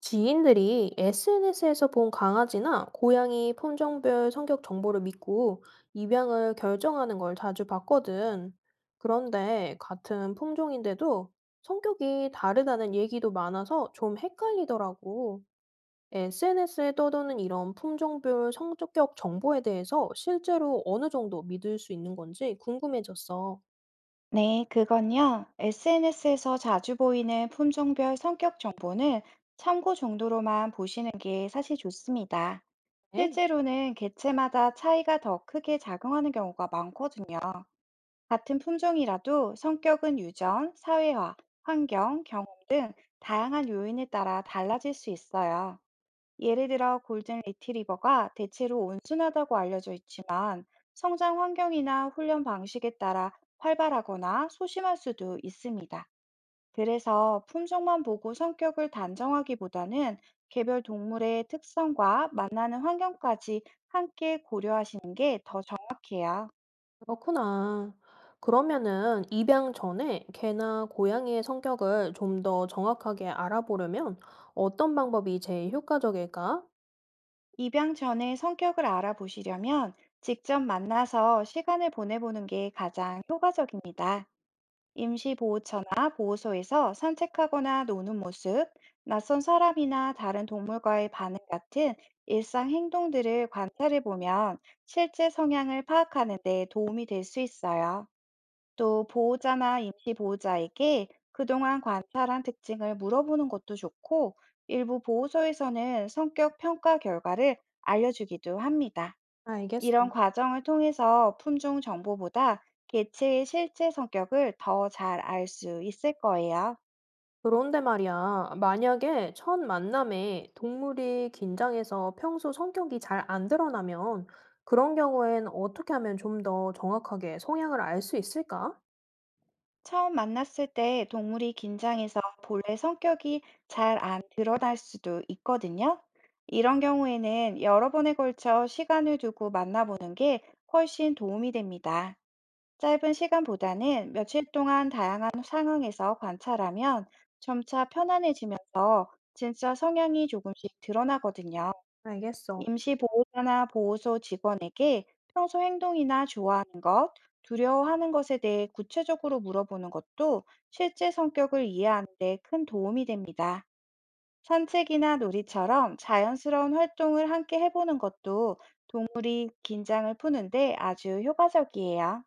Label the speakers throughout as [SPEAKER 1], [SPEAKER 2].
[SPEAKER 1] 지인들이 SNS에서 본 강아지나 고양이 품종별 성격 정보를 믿고 입양을 결정하는 걸 자주 봤거든. 그런데 같은 품종인데도 성격이 다르다는 얘기도 많아서 좀 헷갈리더라고. SNS에 떠도는 이런 품종별 성격 정보에 대해서 실제로 어느 정도 믿을 수 있는 건지 궁금해졌어.
[SPEAKER 2] 네, 그건요. SNS에서 자주 보이는 품종별 성격 정보는 참고 정도로만 보시는 게 사실 좋습니다.
[SPEAKER 1] 에
[SPEAKER 2] 실제로는 개체마다 차이가 더 크게 작용하는 경우가 많거든요. 같은 품종이라도 성격은 유전, 사회화, 환경, 경험 등 다양한 요인에 따라 달라질 수 있어요. 예를 들어 골든 리트리버가 대체로 온순하다고 알려져 있지만 성장 환경이나 훈련 방식에 따라 활발하거나 소심할 수도 있습니다. 그래서 품종만 보고 성격을 단정하기보다는 개별 동물의 특성과 만나는 환경까지 함께 고려하시는 게 더 정확해요.
[SPEAKER 1] 그렇구나. 그러면은 입양 전에 개나 고양이의 성격을 좀 더 정확하게 알아보려면 어떤 방법이 제일 효과적일까?
[SPEAKER 2] 입양 전에 성격을 알아보시려면 직접 만나서 시간을 보내보는 게 가장 효과적입니다. 임시보호처나 보호소에서 산책하거나 노는 모습, 낯선 사람이나 다른 동물과의 반응 같은 일상 행동들을 관찰해 보면 실제 성향을 파악하는 데 도움이 될 수 있어요. 또 보호자나 임시보호자에게 그동안 관찰한 특징을 물어보는 것도 좋고, 일부 보호소에서는 성격 평가 결과를 알려주기도 합니다.
[SPEAKER 1] 알겠어.
[SPEAKER 2] 이런 과정을 통해서 품종 정보보다 개체의 실제 성격을 더 잘 알 수 있을 거예요.
[SPEAKER 1] 그런데 말이야, 만약에 첫 만남에 동물이 긴장해서 평소 성격이 잘 안 드러나면 그런 경우엔 어떻게 하면 좀 더 정확하게 성향을 알 수 있을까?
[SPEAKER 2] 처음 만났을 때 동물이 긴장해서 본래 성격이 잘 안 드러날 수도 있거든요. 이런 경우에는 여러 번에 걸쳐 시간을 두고 만나보는 게 훨씬 도움이 됩니다. 짧은 시간보다는 며칠 동안 다양한 상황에서 관찰하면 점차 편안해지면서 진짜 성향이 조금씩 드러나거든요.
[SPEAKER 1] 알겠어.
[SPEAKER 2] 임시보호자나 보호소 직원에게 평소 행동이나 좋아하는 것, 두려워하는 것에 대해 구체적으로 물어보는 것도 실제 성격을 이해하는 데 큰 도움이 됩니다. 산책이나 놀이처럼 자연스러운 활동을 함께 해보는 것도 동물이 긴장을 푸는데 아주 효과적이에요.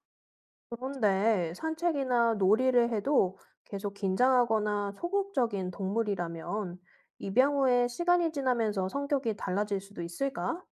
[SPEAKER 1] 그런데 산책이나 놀이를 해도 계속 긴장하거나 소극적인 동물이라면 입양 후에 시간이 지나면서 성격이 달라질 수도 있을까?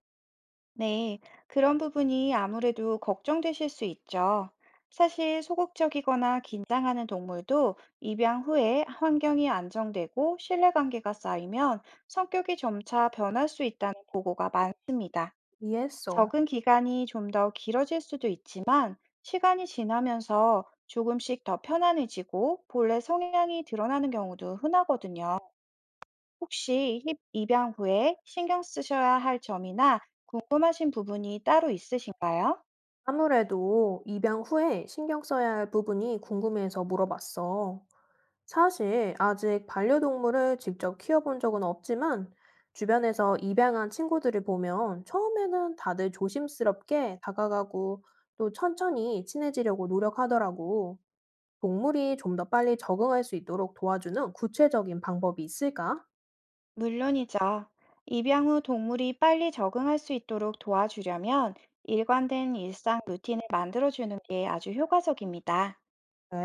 [SPEAKER 2] 네, 그런 부분이 아무래도 걱정되실 수 있죠. 사실 소극적이거나 긴장하는 동물도 입양 후에 환경이 안정되고 신뢰관계가 쌓이면 성격이 점차 변할 수 있다는 보고가 많습니다.
[SPEAKER 1] 이해했어.
[SPEAKER 2] 적응 기간이 좀 더 길어질 수도 있지만 시간이 지나면서 조금씩 더 편안해지고 본래 성향이 드러나는 경우도 흔하거든요. 혹시 입양 후에 신경 쓰셔야 할 점이나 궁금하신 부분이 따로 있으신가요?
[SPEAKER 1] 아무래도 입양 후에 신경 써야 할 부분이 궁금해서 물어봤어. 사실 아직 반려동물을 직접 키워본 적은 없지만 주변에서 입양한 친구들을 보면 처음에는 다들 조심스럽게 다가가고 또 천천히 친해지려고 노력하더라고. 동물이 좀 더 빨리 적응할 수 있도록 도와주는 구체적인 방법이 있을까?
[SPEAKER 2] 물론이죠. 입양 후 동물이 빨리 적응할 수 있도록 도와주려면 일관된 일상 루틴을 만들어주는 게 아주 효과적입니다.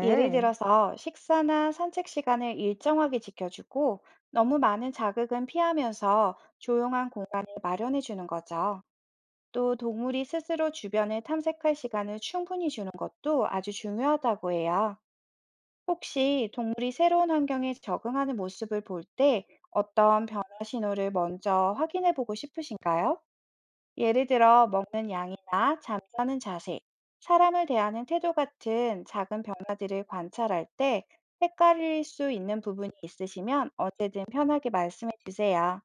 [SPEAKER 2] 예를 들어서 식사나 산책 시간을 일정하게 지켜주고 너무 많은 자극은 피하면서 조용한 공간을 마련해 주는 거죠. 또 동물이 스스로 주변을 탐색할 시간을 충분히 주는 것도 아주 중요하다고 해요. 혹시 동물이 새로운 환경에 적응하는 모습을 볼 때 어떤 변화 신호를 먼저 확인해 보고 싶으신가요? 예를 들어 먹는 양이나 잠자는 자세, 사람을 대하는 태도 같은 작은 변화들을 관찰할 때 헷갈릴 수 있는 부분이 있으시면 언제든 편하게 말씀해 주세요.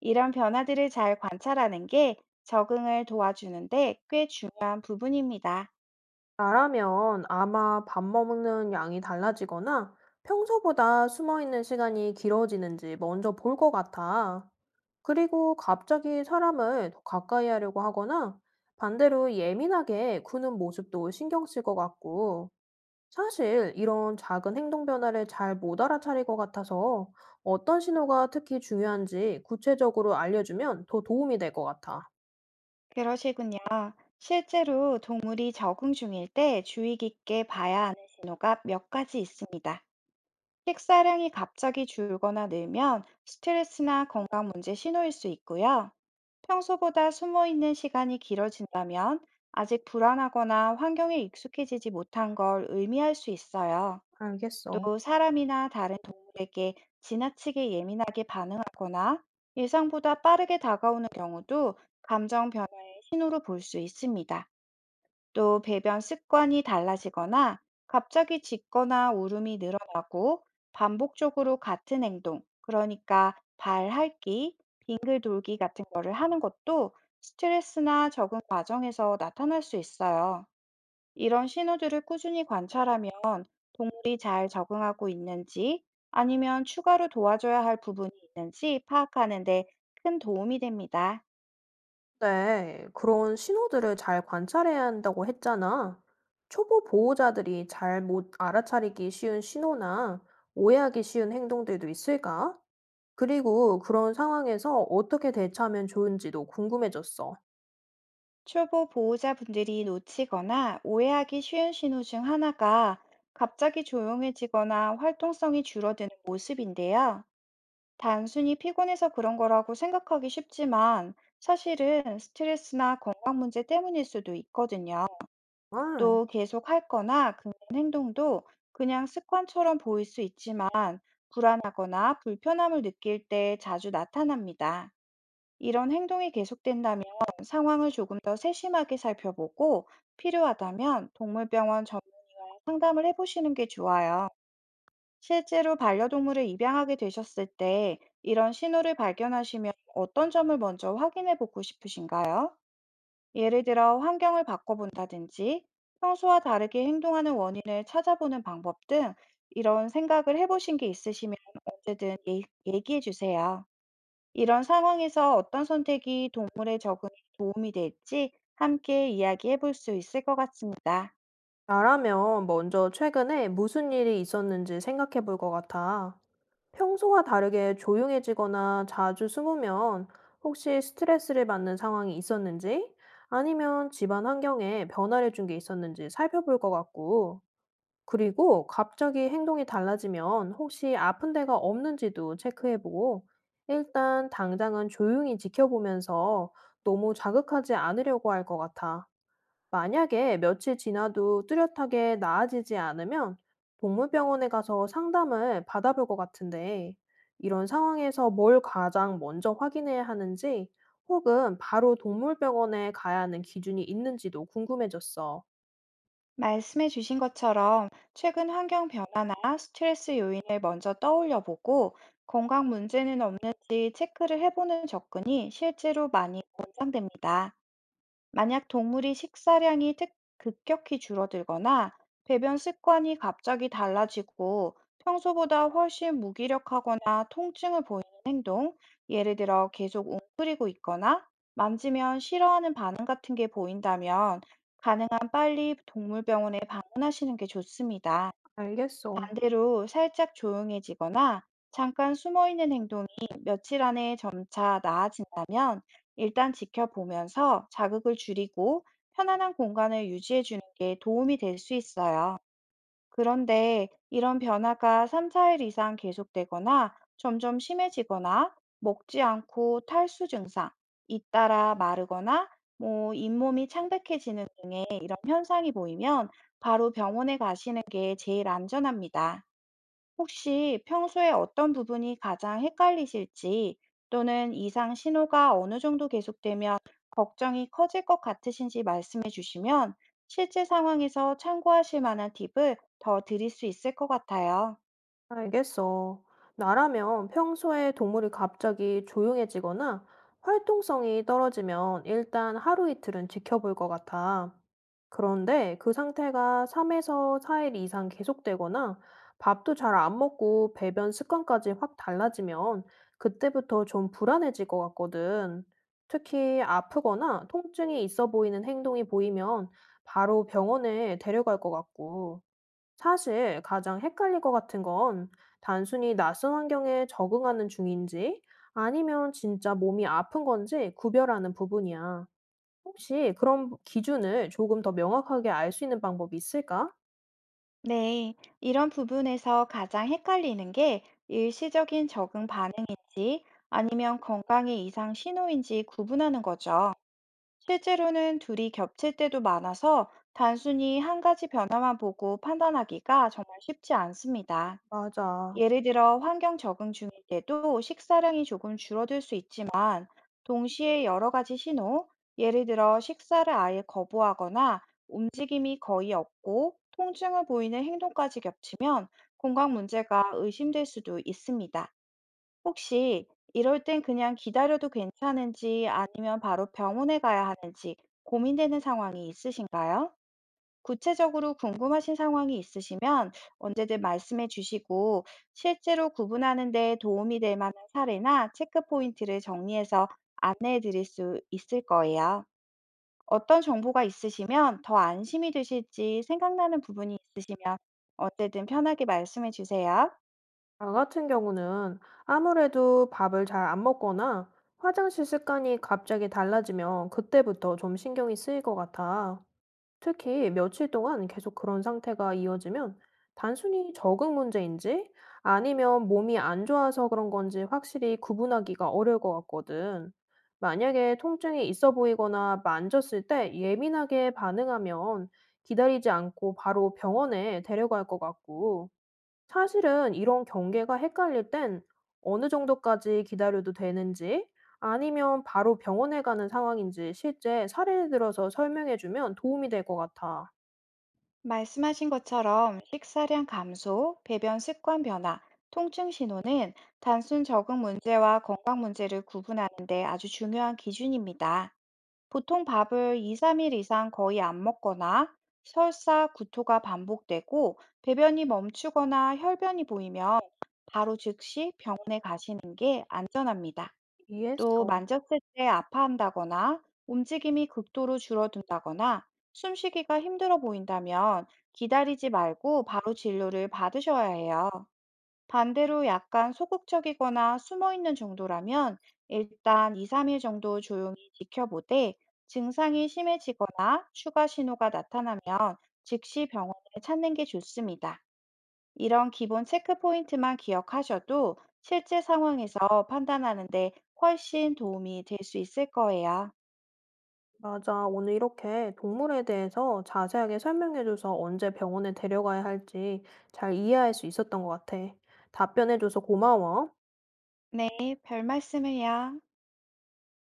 [SPEAKER 2] 이런 변화들을 잘 관찰하는 게 적응을 도와주는데 꽤 중요한 부분입니다.
[SPEAKER 1] 나라면 아마 밥 먹는 양이 달라지거나 평소보다 숨어 있는 시간이 길어지는지 먼저 볼 것 같아. 그리고 갑자기 사람을 더 가까이 하려고 하거나 반대로 예민하게 구는 모습도 신경 쓸 것 같고. 사실 이런 작은 행동 변화를 잘 못 알아차릴 것 같아서 어떤 신호가 특히 중요한지 구체적으로 알려주면 더 도움이 될 것 같아.
[SPEAKER 2] 그러시군요. 실제로 동물이 적응 중일 때 주의 깊게 봐야 하는 신호가 몇 가지 있습니다. 식사량이 갑자기 줄거나 늘면 스트레스나 건강 문제 신호일 수 있고요. 평소보다 숨어 있는 시간이 길어진다면 아직 불안하거나 환경에 익숙해지지 못한 걸 의미할 수 있어요.
[SPEAKER 1] 알겠어.
[SPEAKER 2] 또 사람이나 다른 동물에게 예상보다 빠르게 다가오는 경우도 감정 변화의 신호로 볼 수 있습니다. 또 배변 습관이 달라지거나 갑자기 짖거나 울음이 늘어나고 반복적으로 같은 행동, 그러니까 발 핥기, 빙글 돌기 같은 거를 하는 것도 스트레스나 적응 과정에서 나타날 수 있어요. 이런 신호들을 꾸- 동물이 잘 적응하고 있는지 아니면 추가로 도와줘야 할 부분이 있는지 파악하는 데 큰 도움이 됩니다.
[SPEAKER 1] 네, 그런 신호들을 잘 관찰해야 한다고 했잖아. 초보 보호자들이 잘 못 알아차리기 쉬운 신호나 오해하기 쉬운 행동들도 있을까? 그리고 그런 상황에서 어떻게 대처하면 좋은지도 궁금해졌어.
[SPEAKER 2] 초보 보호자분들이 놓치거나 오해하기 쉬운 신호 중 하나가 갑자기 조용해지거나 활동성이 줄어드는 모습인데요. 단순히 피곤해서 그런 거라고 생각하기 쉽지만 사실은 스트레스나 건강 문제 때문일 수도 있거든요.
[SPEAKER 1] 아.
[SPEAKER 2] 또 계속 할 거나 그런 행동도 그냥 습관처럼 보일 수 있지만 불안하거나 불편함을 느낄 때 자주 나타납니다. 이런 행동이 계속된다면 상황을 조금 더 세심하게 살펴보고 필요하다면 동물병원 전문 상담을 해보시는 게 좋아요. 실제로 반려동물을 입양하게 되셨을 때 이런 신호를 발견하시면 어떤 점을 먼저 확인해 보고 싶으신가요? 예를 들어 환경을 바꿔본다든지 평소와 다르게 행동하는 원인을 찾아보는 방법 등 이런 생각을 해보신 게 있으시면 언제든 얘기해 주세요. 이런 상황에서 어떤 선택이 동물의 적응에 도움이 될지 함께 이야기해 볼 수 있을 것 같습니다.
[SPEAKER 1] 나라면 먼저 최근에 무슨 일이 있었는지 생각해 볼 것 같아. 평소와 다르게 조용해지거나 자주 숨으면 혹시 스트레스를 받는 상황이 있었는지 아니면 집안 환경에 변화를 준 게 있었는지 살펴볼 것 같고, 그리고 갑자기 행동이 달라지면 혹시 아픈 데가 없는지도 체크해 보고, 일단 당장은 조용히 지켜보면서 너무 자극하지 않으려고 할 것 같아. 만약에 며칠 지나도 뚜렷하게 나아지지 않으면 동물병원에 가서 상담을 받아볼 것 같은데, 이런 상황에서 뭘 가장 먼저 확인해야 하는지, 혹은 바로 동물병원에 가야 하는 기준이 있는지도 궁금해졌어.
[SPEAKER 2] 말씀해 주신 것처럼 최근 환경 변화나 스트레스 요인을 먼저 떠올려 보고 건강 문제는 없는지 체크를 해보는 접근이 실제로 많이 권장됩니다. 만약 동물이 식사량이 급격히 줄어들거나 배변 습관이 갑자기 달라지고 평소보다 훨씬 무기력하거나 통증을 보이는 행동, 예를 들어 계속 웅크리고 있거나 만지면 싫어하는 반응 같은 게 보인다면 빨리 동물병원에 방문하시는 게 좋습니다.
[SPEAKER 1] 알겠어.
[SPEAKER 2] 반대로 살짝 조용해지거나 잠깐 숨어 있는 며칠 자 나아진다면 일단 지켜보면서 자극을 줄이고 편안한 공간을 유지해 주는 게 도움이 될 수 있어요. 그런데 이런 변화가 3, 4일 이상 계속되거나 점점 심해지거나 먹지 않고 탈수 증상, 잇따라 마르거나 뭐 잇몸이 창백해지는 등의 이런 현상이 보이면 바로 병원에 가시는 게 제일 안전합니다. 혹시 평소에 어떤 부분이 가장 헷갈리실지 또는 이상 신호가 어느 정도 계속되면 걱정이 커질 것 같으신지 말씀해 주시면 실제 상황에서 참고하실 만한 팁을 더 드릴 수 있을 것 같아요.
[SPEAKER 1] 알겠어. 나라면 평소에 동물이 갑자기 조용해지거나 활동성이 떨어지면 일단 하루 이틀은 지켜볼 것 같아. 그런데 그 상태가 3에서 4일 이상 계속되거나 밥도 잘 안 먹고 배변 습관까지 확 달라지면 그때부터 좀 불안해질 것 같거든. 특히 아프거나 통증이 있어 보이는 행동이 보이면 바로 병원에 데려갈 것 같고. 사실 가장 헷갈릴 것 같은 건 단순히 낯선 환경에 적응하는 중인지 아니면 진짜 몸이 아픈 건지 구별하는 부분이야. 혹시 그런 기준을 조금 더 명확하게 알 수 있는 방법이 있을까?
[SPEAKER 2] 네, 이런 부분에서 가장 헷갈리는 게 일시적인 적응 반응인지 아니면 건강의 이상 신호인지 구분하는 거죠. 실제로는 둘이 겹칠 때도 많아서 단순히 한 가지 변화만 보고 판단하기가 정말 쉽지 않습니다.
[SPEAKER 1] 맞아.
[SPEAKER 2] 예를 들어 환경 적응 중일 때도 식사량이 조금 줄어들 수 있지만 동시에 여러 가지 신호, 예를 들어 식사를 아예 거부하거나 움직임이 거의 없고 통증을 보이는 행동까지 겹치면 건강 문제가 의심될 수도 있습니다. 혹시 이럴 땐 그냥 기다려도 괜찮은지 아니면 바로 병원에 가야 하는지 고민되는 상황이 있으신가요? 구체적으로 궁금하신 상황이 있으시면 언제든 말씀해 주시고 실제로 구분하는 데 도움이 될 만한 사례나 체크 포인트를 정리해서 안내해 드릴 수 있을 거예요. 어떤 정보가 있으시면 더 안심이 되실지 생각나는 부분이 있으시면 언제든 편하게 말씀해 주세요.
[SPEAKER 1] 나 같은 경우는 아무래도 밥을 잘 안 먹거나 화장실 습관이 갑자기 달라지면 그때부터 좀 신경이 쓰일 것 같아. 특히 며칠 동안 계속 그런 상태가 이어지면 단순히 적응 문제인지 아니면 몸이 안 좋아서 그런 건지 확실히 구분하기가 어려울 것 같거든. 만약에 통증이 있어 보이거나 만졌을 때 예민하게 반응하면 기다리지 않고 바로 병원에 데려갈 것 같고, 사실은 이런 경계가 헷갈릴 땐 어느 정도까지 기다려도 되는지 아니면 바로 병원에 가는 상황인지 실제 사례를 들어서 설명해 주면 도움이 될 것 같아.
[SPEAKER 2] 말씀하신 것처럼 식사량 감소, 배변 습관 변화, 통증 신호는 단순 적응 문제와 건강 문제를 구분하는 데 아주 중요한 기준입니다. 보통 밥을 2, 3일 이상 거의 안 먹거나 설사, 구토가 반복되고 배변이 멈추거나 혈변이 보이면 바로 안전합니다. 또
[SPEAKER 1] 이해했어.
[SPEAKER 2] 만졌을 때 아파한다거나 움직임이 극도로 줄어든다거나 숨쉬기가 힘들어 보인다면 기다리지 말고 바로 진료를 받으셔야 해요. 반대로 약간 소극적이거나 숨어 있는 정도라면 일단 2, 3일 정도 조용히 지켜보되 증상이 심해지거나 추가 신호가 나타나면 즉시 병원을 찾는 게 좋습니다. 이런 기본 체크 포인트만 기억하셔도 실제 상황에서 판단하는데 훨씬 도움이 될 수 있을 거예요.
[SPEAKER 1] 맞아. 오늘 이렇게 동물에 대해서 자세하게 설명해 줘서 언제 병원에 데려가야 할지 잘 이해할 수 있었던 것 같아. 답변해 줘서 고마워.
[SPEAKER 2] 네, 별 말씀을요.